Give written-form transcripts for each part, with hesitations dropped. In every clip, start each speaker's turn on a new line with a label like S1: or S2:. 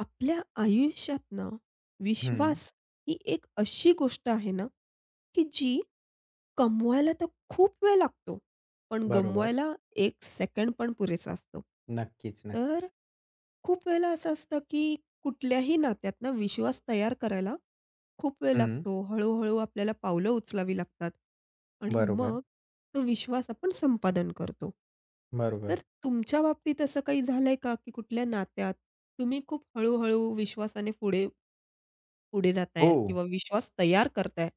S1: आपल्या आयुष्यात ना,
S2: हं.
S1: विश्वास ही एक अशी गोष्ट आहे ना, की जी कमवायला तर खूप वेळ लागतो, पण
S2: बरोबर.
S1: गमवायला एक सेकंड पण पुरेसा असतो.
S2: नक्कीच, नक्कीच.
S1: तर खूप वेळेला असं असतं, की कुठल्याही नात्यातनं विश्वास तयार करायला खूप वेळ
S2: हं.
S1: लागतो. हळू-हळू आपल्याला पावलं उचलावी लागतात आणि
S2: बरोबर,
S1: मग तो विश्वास आपण संपादन करतो.
S2: बरोबर.
S1: तर तुमच्या बाबतीत असं काही झालंय का, की कुठल्या नात्यात तुम्ही खूप हळू-हळू विश्वासाने पुढे पुढे
S2: हो.
S1: जाताय किंवा विश्वास तयार करताय.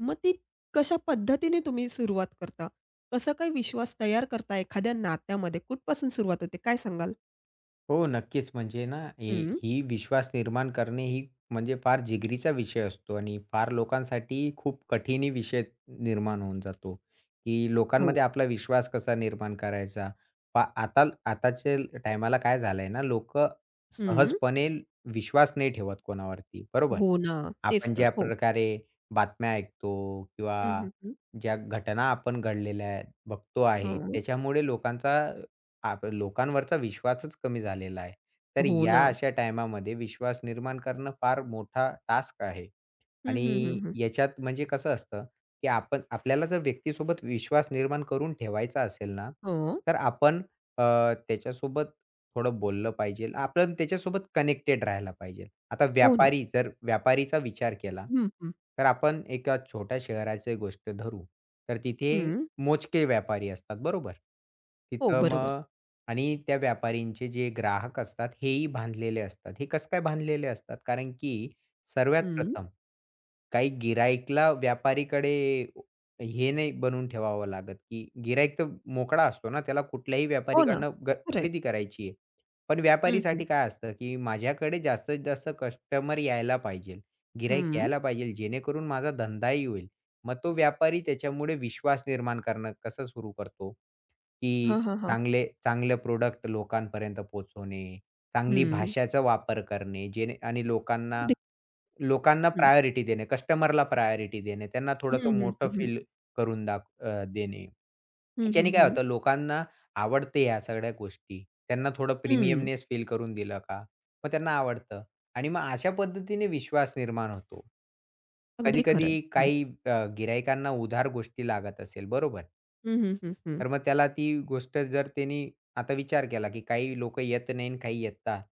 S1: मग ती कशा पद्धतीने तुम्ही सुरुवात करता? कसं काही विश्वास तयार करता एखाद्या नात्यामध्ये? कुठपासून सुरुवात होते? काय सांगाल?
S2: हो, नक्कीच. म्हणजे ना, ही
S1: हं.
S2: ही विश्वास निर्माण करणे ही म्हणजे फार जिगरीचा विषय असतो आणि फार लोकांसाठी खूप कठीणही विषय निर्माण होऊन जातो, की
S1: हो.
S2: लोकांमध्ये आपला विश्वास कसा निर्माण करायचा. आता आताच्या टायमाला काय झालंय ना, लोक
S1: हं.
S2: सहजपणे विश्वास नाही ठेवत कोणावरती, बरोबर?
S1: हो ना. तेच
S2: आपण
S1: तर.
S2: ज्या
S1: हो.
S2: प्रकारे बातम्या ऐकतो किंवा
S1: हं, हं, हं.
S2: ज्या घटना आपण घडलेल्या आहेत, बघतो आहे,
S1: हां.
S2: त्याच्यामुळे लोकांचा लोकांवरचा विश्वासच कमी झालेला आहे. तर
S1: हो ना.
S2: या अशा टायमामध्ये विश्वास निर्माण करणं फार मोठा टास्क आहे.
S1: हं, हं, हं,
S2: आणि
S1: हं.
S2: याच्यात म्हणजे कसं असतं, की आपण आपल्याला जर व्यक्तीसोबत विश्वास निर्माण करून ठेवायचा असेल ना,
S1: हो.
S2: तर आपण अ, त्याच्यासोबत थोडं बोललं पाहिजे. आपण त्याच्यासोबत कनेक्टेड राहायला पाहिजे. आता
S1: हो ना.
S2: जर व्यापारीचा विचार केला,
S1: हं, हं.
S2: तर आपण एका छोट्या शहराची गोष्ट धरू, तर तिथे
S1: हं.
S2: मोजके व्यापारी असतात, बरोबर?
S1: हो,
S2: तिथं
S1: बरोबर.
S2: मग आणि त्या व्यापारींचे जे ग्राहक असतात, हेही बांधलेले असतात. हे कसं काय बांधलेले असतात? कारण की सर्वात
S1: हं.
S2: प्रथम काही गिराईकला व्यापारीकडे हे नाही बनवून ठेवावं लागत, की गिराईक तर मोकळा असतो ना, त्याला कुठल्याही
S1: हो ना.
S2: व्यापारीकडनं
S1: खरं आहे.
S2: खरेदी करायची आहे. पण
S1: हं, हं.
S2: व्यापारीसाठी काय असतं, की माझ्याकडे जास्तीत जास्त कस्टमर यायला पाहिजेल, गिराईक
S1: हं.
S2: यायला पाहिजेल, जेणेकरून माझा धंदाही होईल. मग तो व्यापारी त्याच्यामुळे विश्वास निर्माण करणं कसं सुरू करतो, की
S1: हां, हां, हां.
S2: चांगलं प्रॉडक्ट लोकांपर्यंत पोहोचवणे, चांगली
S1: हं.
S2: भाषेचा वापर करणे, जेणे आणि लोकांना
S1: अगदी.
S2: लोकांना
S1: हं.
S2: प्रायोरिटी देणे, कस्टमरला प्रायोरिटी देणे, त्यांना
S1: हं,
S2: थोडंसं
S1: हं,
S2: मोठं
S1: हं, हं.
S2: फील करून देणे.
S1: हं,
S2: ह्याच्याने
S1: हं,
S2: काय
S1: हं.
S2: होतं लोकांना आवडते ह्या सगळ्या गोष्टी. त्यांना थोडं
S1: हं.
S2: प्रीमियमनेस फील करून दिलं का, मग त्यांना आवडतं आणि मग अशा पद्धतीने विश्वास निर्माण होतो.
S1: अगदी खरं
S2: कधी-कधी
S1: आहे. हं.
S2: काही गिरायकांना उधार गोष्टी लागत असेल, बरोबर?
S1: हं, हं, हं, हं.
S2: तर मग त्याला ती गोष्ट जर त्यांनी आता विचार केला, की काही लोकं येत नाही आणि काही येतात.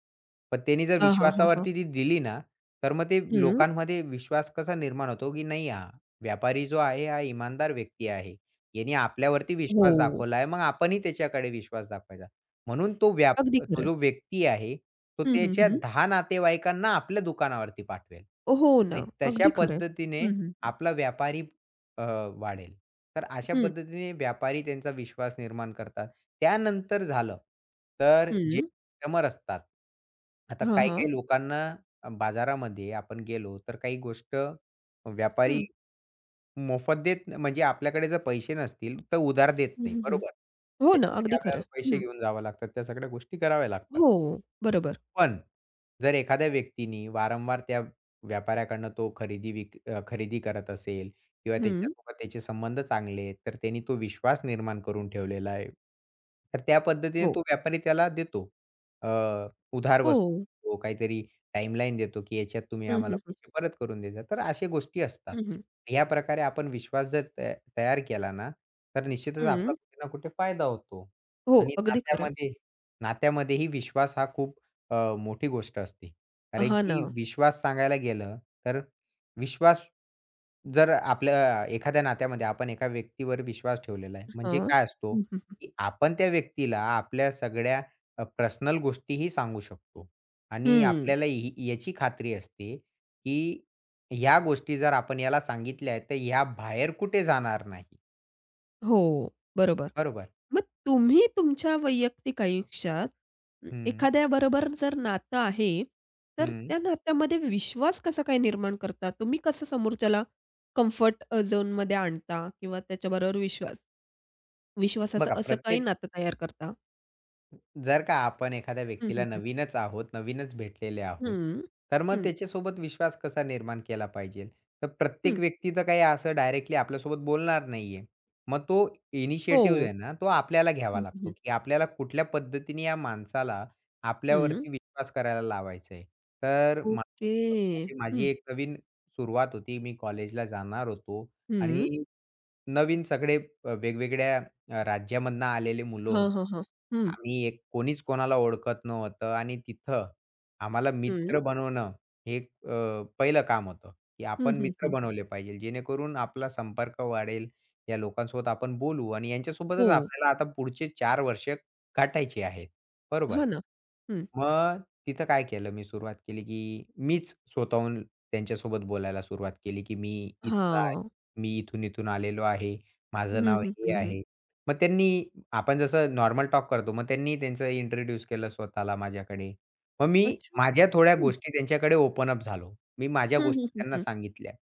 S2: पण त्यांनी जर
S1: हां, हां, हां, हां.
S2: विश्वासावरती ती दिली ना, तर मग ते
S1: हं.
S2: लोकांमध्ये विश्वास कसा निर्माण होतो, की नाही हा व्यापारी जो आहे, हा इमानदार व्यक्ती आहे. याने आपल्यावरती विश्वास
S1: हो.
S2: दाखवलाय, मग आपणही त्याच्याकडे विश्वास दाखवायचा. म्हणून
S1: अगदी खरं
S2: तो
S1: आहे.
S2: जो व्यक्ती आहे, तो
S1: हं, हं,
S2: त्याच्या
S1: हं.
S2: 10 नातेवाईकांना आपल्या दुकानावरती पाठवेल
S1: हो ना.
S2: आणि तशा
S1: अगदी खरं आहे.
S2: पद्धतीने
S1: हं, हं.
S2: आपला व्यापारी अ, वाढेल. तर अशा
S1: हं.
S2: पद्धतीने व्यापारी त्यांचा विश्वास निर्माण करतात. त्यानंतर झालं, तर जे
S1: हं.
S2: कस्टमर असतात. आता
S1: हां, हां.
S2: काही-काही लोकांना बाजारामध्ये आपण गेलो, तर काही गोष्ट व्यापारी
S1: हं.
S2: मोफत म्हणजे आपल्याकडे जर पैसे नसतील, तर उधार देत
S1: हं,
S2: नाही.
S1: हं, हं.
S2: बरोबर.
S1: हो ना.
S2: त्याच्यासाठी
S1: अगदी खरं
S2: आपल्याला
S1: आहे.
S2: पैसे
S1: हं.
S2: घेऊन जावं लागतात. त्या सगळ्या गोष्टी कराव्या लागतात.
S1: हो. बरोबर.
S2: पण जर एखाद्या व्यक्तीनी वारंवार त्या व्यापाऱ्याकडनं तो खरेदी करत असेल किंवा
S1: हं.
S2: त्याच्यासोबत त्याचे संबंध चांगले आहेत, तर त्यांनी तो विश्वास निर्माण करून ठेवलेला आहे. तर त्या पद्धतीने
S1: हो.
S2: तो व्यापारी त्याला देतो. अ, उधार
S1: हो.
S2: वस्तू देतो, काहीतरी टाईमलाईन देतो, की याच्यात तुम्ही
S1: हं,
S2: आम्हाला
S1: हं, हं.
S2: पैसे परत करून द्यायचा. तर अशा गोष्टी असतात.
S1: हं, हं.
S2: या प्रकारे आपण विश्वास जर तयार केला ना, तर निश्चितच आपला
S1: हं.
S2: कुठे ना कुठे फायदा होतो.
S1: हो,
S2: आणि
S1: अगदी खरं आहे.
S2: नात्यामध्येही विश्वास हा खूप मोठी गोष्ट असते. कारण
S1: हां ना.
S2: की विश्वास सांगायला गेलं, तर विश्वास जर आपल्या एखाद्या नात्यामध्ये आपण एका व्यक्तीवर विश्वास ठेवलेला आहे, म्हणजे
S1: हां.
S2: काय असतो,
S1: हं, हं, हं.
S2: की आपण त्या व्यक्तीला आपल्या सगळ्या पर्सनल गोष्टीही सांगू शकतो. आणि
S1: हं.
S2: आपल्याला ही याची खात्री असते, की ह्या गोष्टी जर आपण याला सांगितल्या आहेत, तर ह्या बाहेर कुठे जाणार नाही.
S1: हो, बरोबर.
S2: बरोबर.
S1: मग तुम्ही तुमच्या वैयक्तिक आयुष्यात
S2: हं,
S1: एखाद्याबरोबर जर नातं आहे, तर
S2: हं.
S1: त्या नात्यामध्ये विश्वास कसा काय निर्माण करता? तुम्ही कसं समोरच्याला कम्फर्ट झोनमध्ये आणता किंवा त्याच्याबरोबर विश्वासाचं
S2: बघा
S1: असं काही नातं तयार करता?
S2: जर का आपण एखाद्या
S1: हं,
S2: व्यक्तीला
S1: हं, हं.
S2: नवीनच आहोत, नवीनच भेटलेले आहोत,
S1: हं.
S2: तर मग
S1: हं,
S2: त्याच्यासोबत विश्वास कसा निर्माण केला पाहिजे? तर
S1: हं.
S2: प्रत्येक व्यक्ती तर काही असं डायरेक्टली आपल्यासोबत बोलणार नाहीये. मग तो
S1: हो.
S2: इनिशिएटिव्ह आहे ना, तो आपल्याला
S1: हं,
S2: घ्यावा
S1: हं,
S2: लागतो,
S1: हं.
S2: की आपल्याला कुठल्या पद्धतीने या माणसाला
S1: हं.
S2: आपल्यावरती विश्वास करायला लावायचा आहे. तर
S1: ओके.
S2: म्हणजे माझी
S1: हं,
S2: एक नवीन सुरुवात होती. मी कॉलेजला जाणार होतो
S1: हं.
S2: आणि नवीन सगळे वेगवेगळ्या राज्यामधनं आलेली मुलं
S1: हां,
S2: होती.
S1: हां, हां. हं,
S2: आम्ही एक कोणीच कोणाला ओळखत नव्हतं आणि तिथं आम्हाला
S1: हं.
S2: मित्र बनवणं हे एक पहिलं काम होतं, की
S1: हं,
S2: आपण
S1: हं,
S2: मित्र
S1: हं.
S2: बनवले पाहिजे जेणेकरून आपला संपर्क वाढेल. या लोकांसोबत आपण बोलू आणि यांच्यासोबतच
S1: हो.
S2: आपल्याला आता पुढचे 4 वर्ष गाठायची आहेत. बरोबर.
S1: हो ना. हं.
S2: मग तिथं काय केलं मी सुरुवात केली, की मीच स्वतःहून त्यांच्यासोबत बोलायला सुरुवात केली, की मी इथला आहे.
S1: हां.
S2: मी इथून-इथून आलेलो आहे.
S1: हं,
S2: माझं नाव
S1: हं,
S2: हे
S1: हं, हं.
S2: आहे. मग त्यांनी आपण जसं नॉर्मल टॉक करतो, मग त्यांनी त्यांचं इंट्रोड्यूस केलं स्वतःला माझ्याकडे. मग मी
S1: अच्छा.
S2: माझ्या थोड्या
S1: हं.
S2: गोष्टी त्यांच्याकडे ओपन अप झालो. मी माझ्या
S1: हं, हं,
S2: गोष्टी
S1: हं,
S2: त्यांना
S1: हं.
S2: सांगितल्या.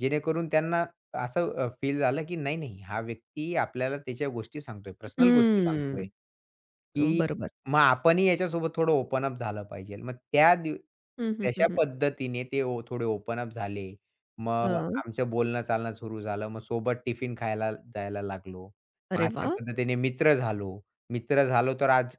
S2: जेणेकरून त्यांना असं फील झालं, की नाही, नाही हा व्यक्ती आपल्याला त्याच्या गोष्टी सांगतोय, पर्सनल गोष्टी सांगतोय,
S1: हं.
S2: की
S1: बरोबर.
S2: मग आपणही याच्यासोबत थोडं ओपन अप झालं पाहिजे. मग त्या दिव
S1: हं, हं, हं,
S2: तशा
S1: हं.
S2: पद्धतीने ते थोडे ओपन अप झाले. मग
S1: हां.
S2: आमचं बोलणं-चालणं सुरू झालं. मग सोबत टिफिन खायला जायला लागलो.
S1: अरे
S2: अशा
S1: वाह!
S2: पद्धतीने मित्र झालो. मित्र झालो तर आज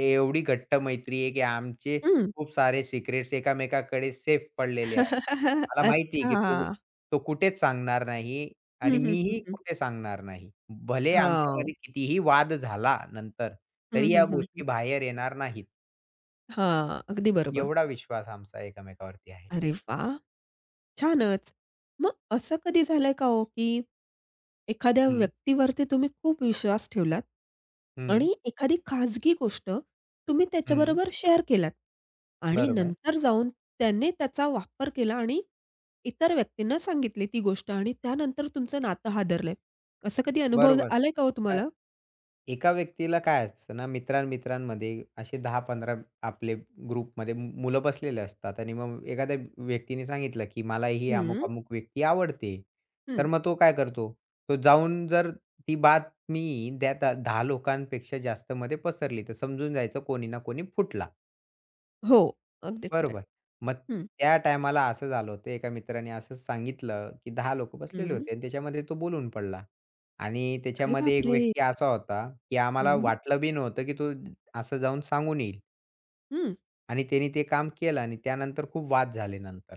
S2: एवढी घट्ट मैत्री आहे, की आमचे
S1: हं.
S2: खूप सारे सिक्रेट्स एकामेकाकडे सेफ पडलेले आहेत. मला माहिती आहे, की तो
S1: अच्छा.
S2: तो कुठेच सांगणार नाही आणि
S1: हं, हं, हं,
S2: मीही
S1: हं.
S2: कुठे सांगणार नाही. भले
S1: हां.
S2: आमच्यामध्ये कितीही वाद झाला नंतर,
S1: हं,
S2: तरी
S1: हं,
S2: या
S1: हं, हं.
S2: गोष्टी बाहेर येणार नाहीत.
S1: हां. अगदी बरोबर.
S2: एवढा विश्वास आमचा एकमेकावरती आहे.
S1: अरे वाह! छानच. मग असं कधी झालंय का हो, की एखाद्या
S2: हं,
S1: व्यक्तीवरती तुम्ही खूप विश्वास ठेवलात
S2: हं,
S1: आणि एखादी खाजगी गोष्ट तुम्ही
S2: हं.
S1: त्याच्याबरोबर शेअर केलात आणि
S2: बरोबर,
S1: नंतर जाऊन त्याने त्याचा वापर केला आणि इतर व्यक्तींना सांगितली ती गोष्ट आणि त्यानंतर तुमचं नातं हादरलंय. असा कधी अनुभव
S2: बरोबर.
S1: आलाय का हो तुम्हाला?
S2: एका व्यक्तीला काय असतं ना, मित्रां-मित्रांमध्ये असे 10-15 आपले ग्रुपमध्ये मुलं बसलेले असतात आणि मग एखाद्या व्यक्तीने सांगितलं, की मला ही
S1: हं,
S2: अमुक-अमुक व्यक्ती आवडते. तर
S1: हं.
S2: मग तो काय करतो? तो जाऊन जर ती बातमी त्या 10 लोकांपेक्षा जास्तमध्ये पसरली, तर समजून जायचं कोणी ना कोणी फुटला.
S1: हो, अगदी खरं आहे.
S2: बरोबर. मग
S1: हं,
S2: त्या टायमाला असं झालं होतं, एका मित्राने असंच सांगितलं, की 10 लोक बसलेले होते आणि त्याच्यामध्ये तो बोलून पडला. आणि
S1: अरे
S2: त्याच्यामध्ये एक
S1: बापरे!
S2: व्यक्ती असा होता, की आम्हाला
S1: हं,
S2: वाटलं बी नव्हतं, की तो असं जाऊन सांगून येईल.
S1: हं.
S2: आणि त्यांनी ते काम केलं आणि त्यानंतर खूप वाद झाले नंतर.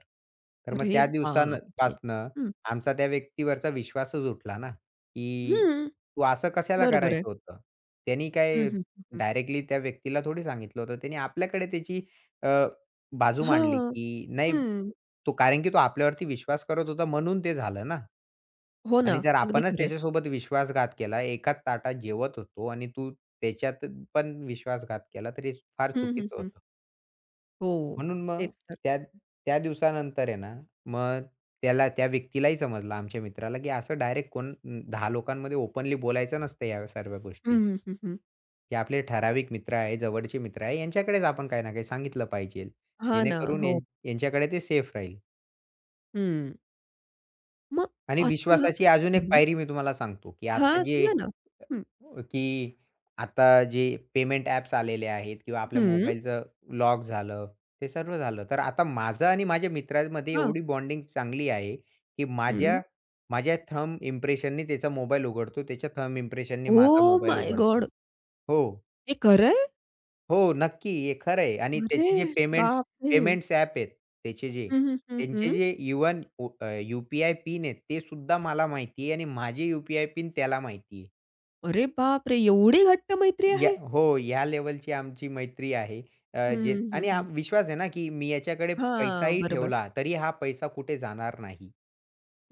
S2: तर मग
S1: अरे
S2: त्या दिवसान
S1: बापरे!
S2: पासनं
S1: हं,
S2: आमचा त्या व्यक्तीवरचा विश्वासच उठला ना, की
S1: हं.
S2: "तू असं कशाला
S1: बरोबर आहे.
S2: करायचं होतं?" त्यांनी
S1: हं,
S2: काय
S1: हं, हं, हं.
S2: डायरेक्टली त्या व्यक्तीला थोडी सांगितलं होतं. त्यांनी आपल्याकडे त्याची अ, बाजू मांडली,
S1: हां.
S2: की नाही
S1: हं.
S2: तो कारण की तो आपल्यावरती विश्वास करत होता म्हणून ते झालं ना
S1: हो ना.
S2: आणि जर
S1: अगदी
S2: आपणच
S1: खरं आहे.
S2: त्याच्यासोबत विश्वासघात केला, एकाच ताटात जेवत होतो आणि तू त्याच्यात पण विश्वासघात केला, तर हे फार
S1: हं, हं,
S2: चुकीचं
S1: हं.
S2: होतं.
S1: हो.
S2: म्हणून मग
S1: तेच तर.
S2: त्या त्या दिवसानंतर आहे ना, मग त्याला त्या व्यक्तीलाही समजलं आमच्या मित्राला, की असं डायरेक्ट कोण 10 लोकांमध्ये ओपनली बोलायचं नसतं या सर्व
S1: हं,
S2: गोष्टी,
S1: हं, हं, हं.
S2: की आपले ठराविक मित्र आहे, जवळचे मित्र आहे, यांच्याकडेच आपण काही ना काही सांगितलं पाहिजे.
S1: हां ना.
S2: जेणेकरून
S1: हो.
S2: यांच्याकडे ते सेफ राहील.
S1: हं. मग
S2: आणि
S1: आता
S2: विश्वासाची अजून एक
S1: हं.
S2: पायरी मी तुम्हाला सांगतो, की आता
S1: हां,
S2: जे
S1: सांगा ना? हं,
S2: हो, की आता जे पेमेंट ॲप्स आलेले आहेत किंवा आपल्या
S1: हं.
S2: मोबाईलचं लॉक झालं, ते सर्व झालं. तर आता माझं आणि माझ्या मित्रामध्ये
S1: हां.
S2: एवढी बॉन्डिंग चांगली आहे, की
S1: हं.
S2: माझ्या माझ्या थंब इम्प्रेशननी त्याचा मोबाईल उघडतो, त्याच्या थंब इम्प्रेशननी माझा
S1: ओह
S2: मोबाईल
S1: माय
S2: उघडतो.
S1: गॉड!
S2: हो,
S1: हे खरं आहे?
S2: हो, नक्की. हे खरं आहे आणि
S1: अरे
S2: त्याचे जे पेमेंट्स
S1: बापरे!
S2: पेमेंट्स ॲप आहेत त्याचे जे,
S1: हं, हं, हं,
S2: त्यांचे
S1: हं.
S2: जे इव्हन यू-पी-आय पिन आहेत ते सुद्धा मला माहिती आहे आणि माझे यू-पी-आय पिन त्याला माहिती आहे.
S1: अरे बापरे! एवढी घट्ट मैत्री
S2: या
S1: आहे?
S2: हो, या लेव्हलची आमची मैत्री आहे. जे
S1: हं, हं,
S2: आणि
S1: हं,
S2: विश्वास आहे ना, की मी याच्याकडे
S1: हां,
S2: पैसाही
S1: बरोबर.
S2: ठेवला, तरी हा पैसा कुठे जाणार नाही.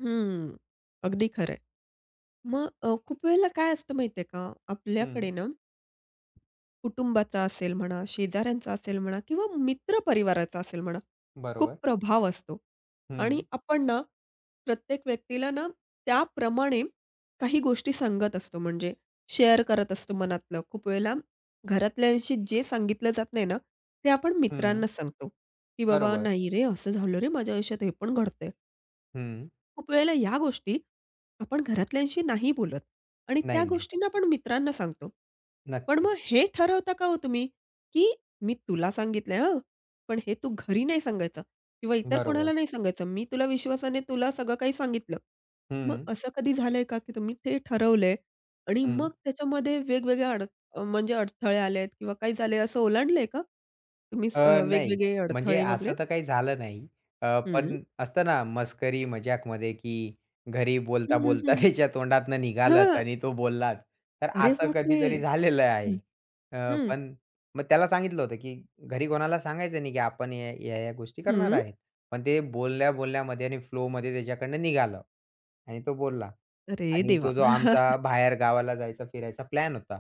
S1: हं. अगदी खरं आहे. मग खूप वेळेला काय असतं माहिती आहे का?
S2: हं,
S1: आपल्याकडे ना कुटुंबाचा असेल म्हणा, शेजाऱ्यांचा असेल म्हणा किंवा मित्र परिवाराचा असेल म्हणा, खूप
S2: बरोबर.
S1: प्रभाव असतो आणि
S2: हं,
S1: आपण ना, प्रत्येक व्यक्तीला ना, त्याप्रमाणे काही गोष्टी सांगत असतो म्हणजे शेअर करत असतो मनातलं. खूप वेळेला घरातल्यांशी जे सांगितलं जात नाही ना, ते आपण
S2: हं,
S1: मित्रांना सांगतो, की "बाबा
S2: बरोबर.
S1: नाही रे, असं झालं रे माझ्या आयुष्यात, हे पण घडतंय."
S2: हं.
S1: खूप वेळेला या गोष्टी आपण घरातल्यांशी नाही बोलत आणि त्या
S2: नाही, नाही.
S1: गोष्टींना आपण मित्रांना सांगतो. पण
S2: नक्कीच.
S1: मग हे ठरवता का हो तुम्ही, की "मी तुला सांगितलंय हं, पण हे तू घरी नाही सांगायचं किंवा इतर कोणाला
S2: बरोबर.
S1: नाही सांगायचं. मी तुला विश्वासाने तुला सगळं काही सांगितलं." मग
S2: हं,
S1: असं कधी झालंय का, की तुम्ही ते ठरवलंय आणि
S2: हं.
S1: मग त्याच्यामध्ये वेगवेगळ्या म्हणजे अडथळे आलेत किंवा काही झाले असं ओलांडलंय का? तुम्ही
S2: नाही.
S1: वेगवेगळे
S2: म्हणजे
S1: अडथळे वगैरे?
S2: असं तर काही झालं नाही.
S1: हं.
S2: पण असतं ना मस्करी मजाकमध्ये, की घरी
S1: हं, हं,
S2: बोलता-बोलता
S1: हं.
S2: त्याच्या तोंडातनं निघालंच
S1: हां.
S2: आणि तो बोललाच. तर
S1: अरे
S2: असं
S1: बापरे!
S2: कधीतरी झालेलं आहे.
S1: हं,
S2: पण मग त्याला सांगितलं होतं, की घरी कोणाला सांगायचं नाही, की आपण या-या गोष्टी करणार
S1: हं.
S2: आहेत. पण ते बोलल्या-बोलल्यामध्ये आणि फ्लोमध्ये त्याच्याकडनं निघालं आणि तो बोलला.
S1: अरे
S2: आणि
S1: देवा!
S2: तो जो आमचा बाहेर गावाला जायचा फिरायचा प्लॅन होता,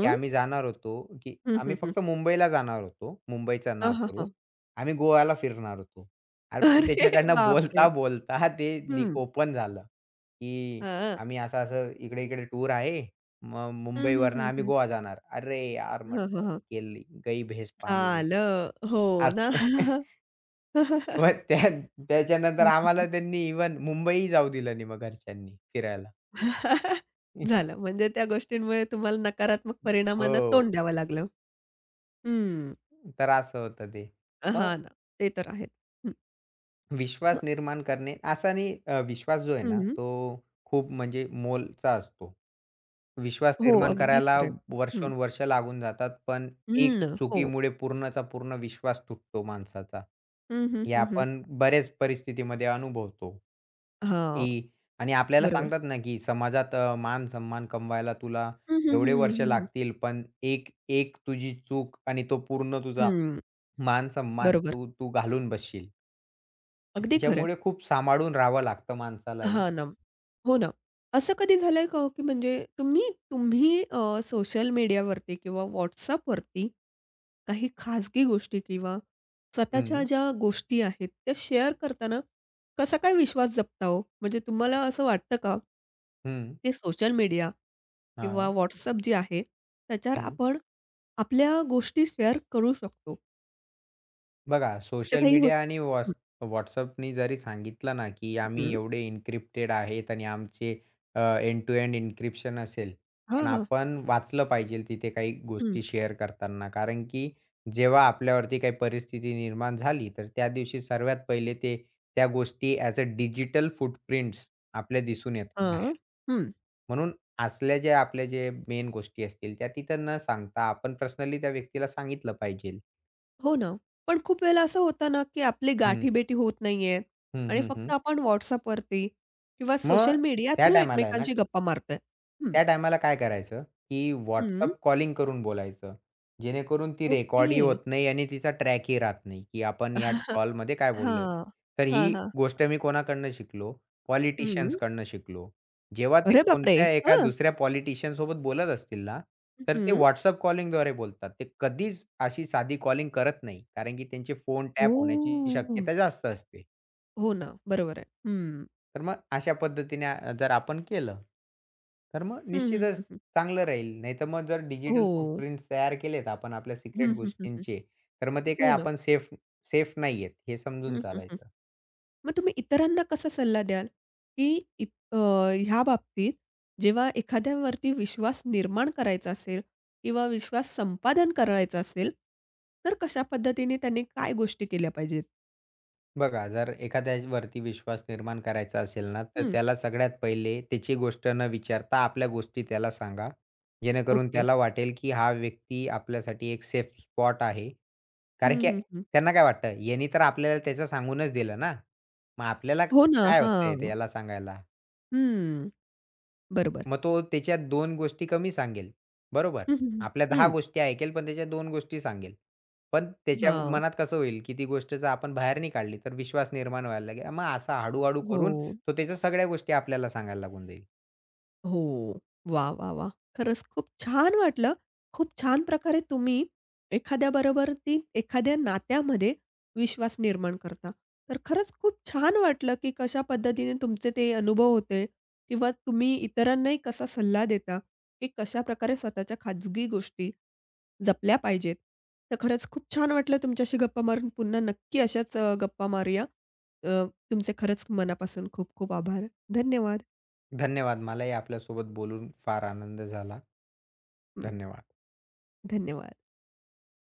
S2: की आम्ही जाणार होतो, की
S1: हं, हं,
S2: आम्ही
S1: हं.
S2: फक्त मुंबईला जाणार होतो, मुंबईचं
S1: हां,
S2: नाव
S1: हां, हां.
S2: करून. आम्ही गोव्याला फिरणार होतो. अरे पण
S1: अरे
S2: त्याच्याकडनं
S1: बापरे!
S2: बोलता-बोलता ते
S1: हं.
S2: ओपन झालं, की
S1: हां.
S2: आम्ही असं-असं इकडे-इकडे टूर आहे. मग
S1: हं, हं,
S2: मुंबईवरनं
S1: हं,
S2: आम्ही
S1: हं.
S2: गोवा जाणार. अरे यार!
S1: हां,
S2: म्हटलं
S1: हां, हां.
S2: गेली गयी भैस पाणी में.
S1: आलं. हो ना.
S2: असं मग त्या
S1: हं,
S2: त्याच्यानंतर
S1: हं, हं.
S2: आम्हाला त्यांनी इव्हन मुंबईही जाऊ दिलं नाही मग घरच्यांनी फिरायला.
S1: झालं. म्हणजे त्या गोष्टींमुळे तुम्हाला नकारात्मक परिणामांना तोंड
S2: हो.
S1: द्यावं लागलं. हं.
S2: तर असं होतं ते. मग?
S1: हां ना. ते तर आहेत. हं.
S2: विश्वास
S1: मग
S2: निर्माण करणे विश्वास जो आहे ना,
S1: हं.
S2: तो खूप म्हणजे मोलचा असतो. विश्वास
S1: हो,
S2: निर्माण
S1: अगदी
S2: करायला
S1: खरं आहे. हं.
S2: वर्षोनवर्ष लागून जातात, पण एक
S1: हं, हो.
S2: चुकीमुळे पूर्णचा पूर्ण विश्वास तुटतो माणसाचा.
S1: हं, हं,
S2: हे
S1: हं, हं.
S2: आपण बऱ्याच परिस्थितीमध्ये अनुभवतो, की
S1: हां.
S2: आणि आपल्याला
S1: बरोबर.
S2: सांगतात ना, की समाजात मान-सन्मान कमवायला तुला
S1: हं, हं,
S2: एवढे
S1: हं, हं,
S2: वर्ष
S1: हं, हं.
S2: लागतील, पण एक एक तुझी चूक आणि तो पूर्ण तुझा
S1: हं.
S2: मान-सन्मान
S1: बरोबर.
S2: तू तू घालून बसशील. आणि
S1: अगदी खरं आहे.
S2: त्याच्यामुळे खूप सांभाळून राहावं लागतं माणसालाही.
S1: हां ना. हो ना. असं कधी झालंय का हो, की म्हणजे तुम्ही तुम्ही अ, सोशल मीडियावरती किंवा WhatsAppवरती काही खाजगी गोष्टी किंवा स्वतःच्या
S2: हं,
S1: ज्या गोष्टी आहेत, त्या शेअर करताना कसा काय विश्वास जपता हो? म्हणजे तुम्हाला असं वाटतं का,
S2: हं.
S1: ते सोशल मीडिया किंवा
S2: हां,
S1: WhatsApp जे आहे, त्याच्यावर
S2: हं.
S1: आपण आपल्या गोष्टी शेअर करू शकतो.
S2: बघा
S1: असं
S2: सोशल
S1: काही होत
S2: मीडिया आणि
S1: हं,
S2: WhatsAppनी जरी सांगितलं ना, की आम्ही
S1: हं.
S2: एवढे एन्क्रिप्टेड आहेत आणि आमचे एंड टू एंड एन्क्रिप्शन असेल.
S1: हां,
S2: पण
S1: हां.
S2: आपण वाचलं पाहिजे तिथे काही
S1: हं.
S2: गोष्टी शेअर करताना. कारण की जेव्हा आपल्यावरती काही परिस्थिती निर्माण झाली, तर त्या दिवशी सर्वात पहिले ते त्या गोष्टी ॲज अ डिजिटल फुटप्रिंट्स आपल्या दिसून येतात
S1: हां. हं.
S2: म्हणून असल्या ज्या आपल्या जे मेन गोष्टी असतील त्या तिथं न सांगता आपण पर्सनली त्या व्यक्तीला सांगितलं पाहिजे.
S1: हो ना. पण खूप वेळेला असं होतं ना, की आपली
S2: हं.
S1: गाठीभेटी होत नाहीये
S2: हं,
S1: आणि
S2: हं, हं.
S1: फक्त आपण WhatsAppवरती किंवा
S2: मग
S1: सोशल मीडिया
S2: त्या
S1: थ्रू
S2: टायमाला आहे ना
S1: एकमेकांशी गप्पा मारतोय. हं,
S2: त्या टायमाला काय करायचं, की
S1: हं.
S2: WhatsApp कॉलिंग करून बोलायचं. जेणेकरून ती
S1: ओके.
S2: रेकॉर्डही होत नाही आणि तिचा ट्रॅकही राहत नाही, की आपण या कॉलमध्ये काय बोललोय.
S1: हां.
S2: तर
S1: हां,
S2: ही
S1: हां.
S2: गोष्ट मी कोणाकडनं शिकलो?
S1: हं.
S2: पॉलिटिशियन्सकडनं शिकलो. जेव्हा ते
S1: अरे बापरे!
S2: कोणत्या एका
S1: हां.
S2: दुसऱ्या पॉलिटिशियनसोबत बोलत असतील ना, तर ते
S1: हं.
S2: WhatsApp कॉलिंगद्वारे बोलतात. ते कधीच अशी साधी कॉलिंग करत नाही. कारण की त्यांचे फोन टॅप होण्याची
S1: ओह!
S2: शक्यता जास्त असते.
S1: हो ना. बरोबर आहे. हं.
S2: तर मग अशा पद्धतीने जर आपण केलं, तर मग
S1: हं, हं,
S2: निश्चितच
S1: हं, हं.
S2: चांगलं राहील. नाहीतर मग जर
S1: हो.
S2: डिजिटल फूटप्रिंट तयार केलेत आपण आपल्या
S1: हं,
S2: सिक्रेट
S1: हं, हं, हं.
S2: गोष्टींचे, तर मग ते काय
S1: हो ना.
S2: आपण सेफ सेफ नाहीयेत हे समजून
S1: हं, हं, हं.
S2: चालायचं.
S1: मग तुम्ही इतरांना कसा सल्ला द्याल? की ह्या बाबतीत जेव्हा एखाद्यावरती विश्वास निर्माण करायचा असेल किंवा विश्वास संपादन करायचा असेल, तर कशा पद्धतीने त्यांनी काय गोष्टी केल्या पाहिजेत?
S2: बघा, जर एखाद्यावरती विश्वास निर्माण करायचा असेल ना, तर
S1: हं,
S2: त्याला सगळ्यात पहिले त्याची गोष्ट न विचारता आपल्या गोष्टी त्याला सांगा. जेणेकरून
S1: ओके.
S2: त्याला वाटेल, की हा व्यक्ती आपल्यासाठी एक सेफ स्पॉट आहे. कारण
S1: हं,
S2: की
S1: हं, हं.
S2: त्यांना काय वाटतं, यानी तर आपल्याला त्याचं सांगूनच दिलं ना. मग आपल्याला
S1: हो ना.
S2: काय होतंय
S1: हां.
S2: त्याला सांगायला?
S1: हं. बरोबर.
S2: मग तो त्याच्यात 2 गोष्टी कमी सांगेल. बरोबर.
S1: हं, हं, हं.
S2: आपल्या 10
S1: हं.
S2: गोष्टी ऐकेल, पण त्याच्या 2 गोष्टी सांगेल. पण त्याच्या
S1: हां.
S2: मनात कसं होईल, की ती गोष्ट जर आपण बाहेर नाही काढली, तर विश्वास निर्माण व्हायला लागेल. मग असा हळू-हळू
S1: हो.
S2: करून तो त्याच्या सगळ्या गोष्टी आपल्याला सांगायला लागून जाईल.
S1: हो. वाह, वाह, वाह! खरंच खूप छान वाटलं. खूप छान प्रकारे तुम्ही एखाद्याबरोबर ती एखाद्या नात्यामध्ये विश्वास निर्माण करता. तर खरंच खूप छान वाटलं, की कशा पद्धतीने तुमचे ते अनुभव होते किंवा तुम्ही इतरांनाही कसा सल्ला देता, की कशाप्रकारे स्वतःच्या खाजगी गोष्टी जपल्या पाहिजेत. तर खरंच खूप छान वाटलं तुमच्याशी गप्पा मारून. पुन्हा नक्की अशाच गप्पा मारूया. अ, तुमचे खरंच मनापासून खूप खूप आभार. धन्यवाद.
S2: धन्यवाद. मलाही आपल्यासोबत बोलून फार आनंद झाला.
S1: हं,
S2: धन्यवाद.
S1: धन्यवाद.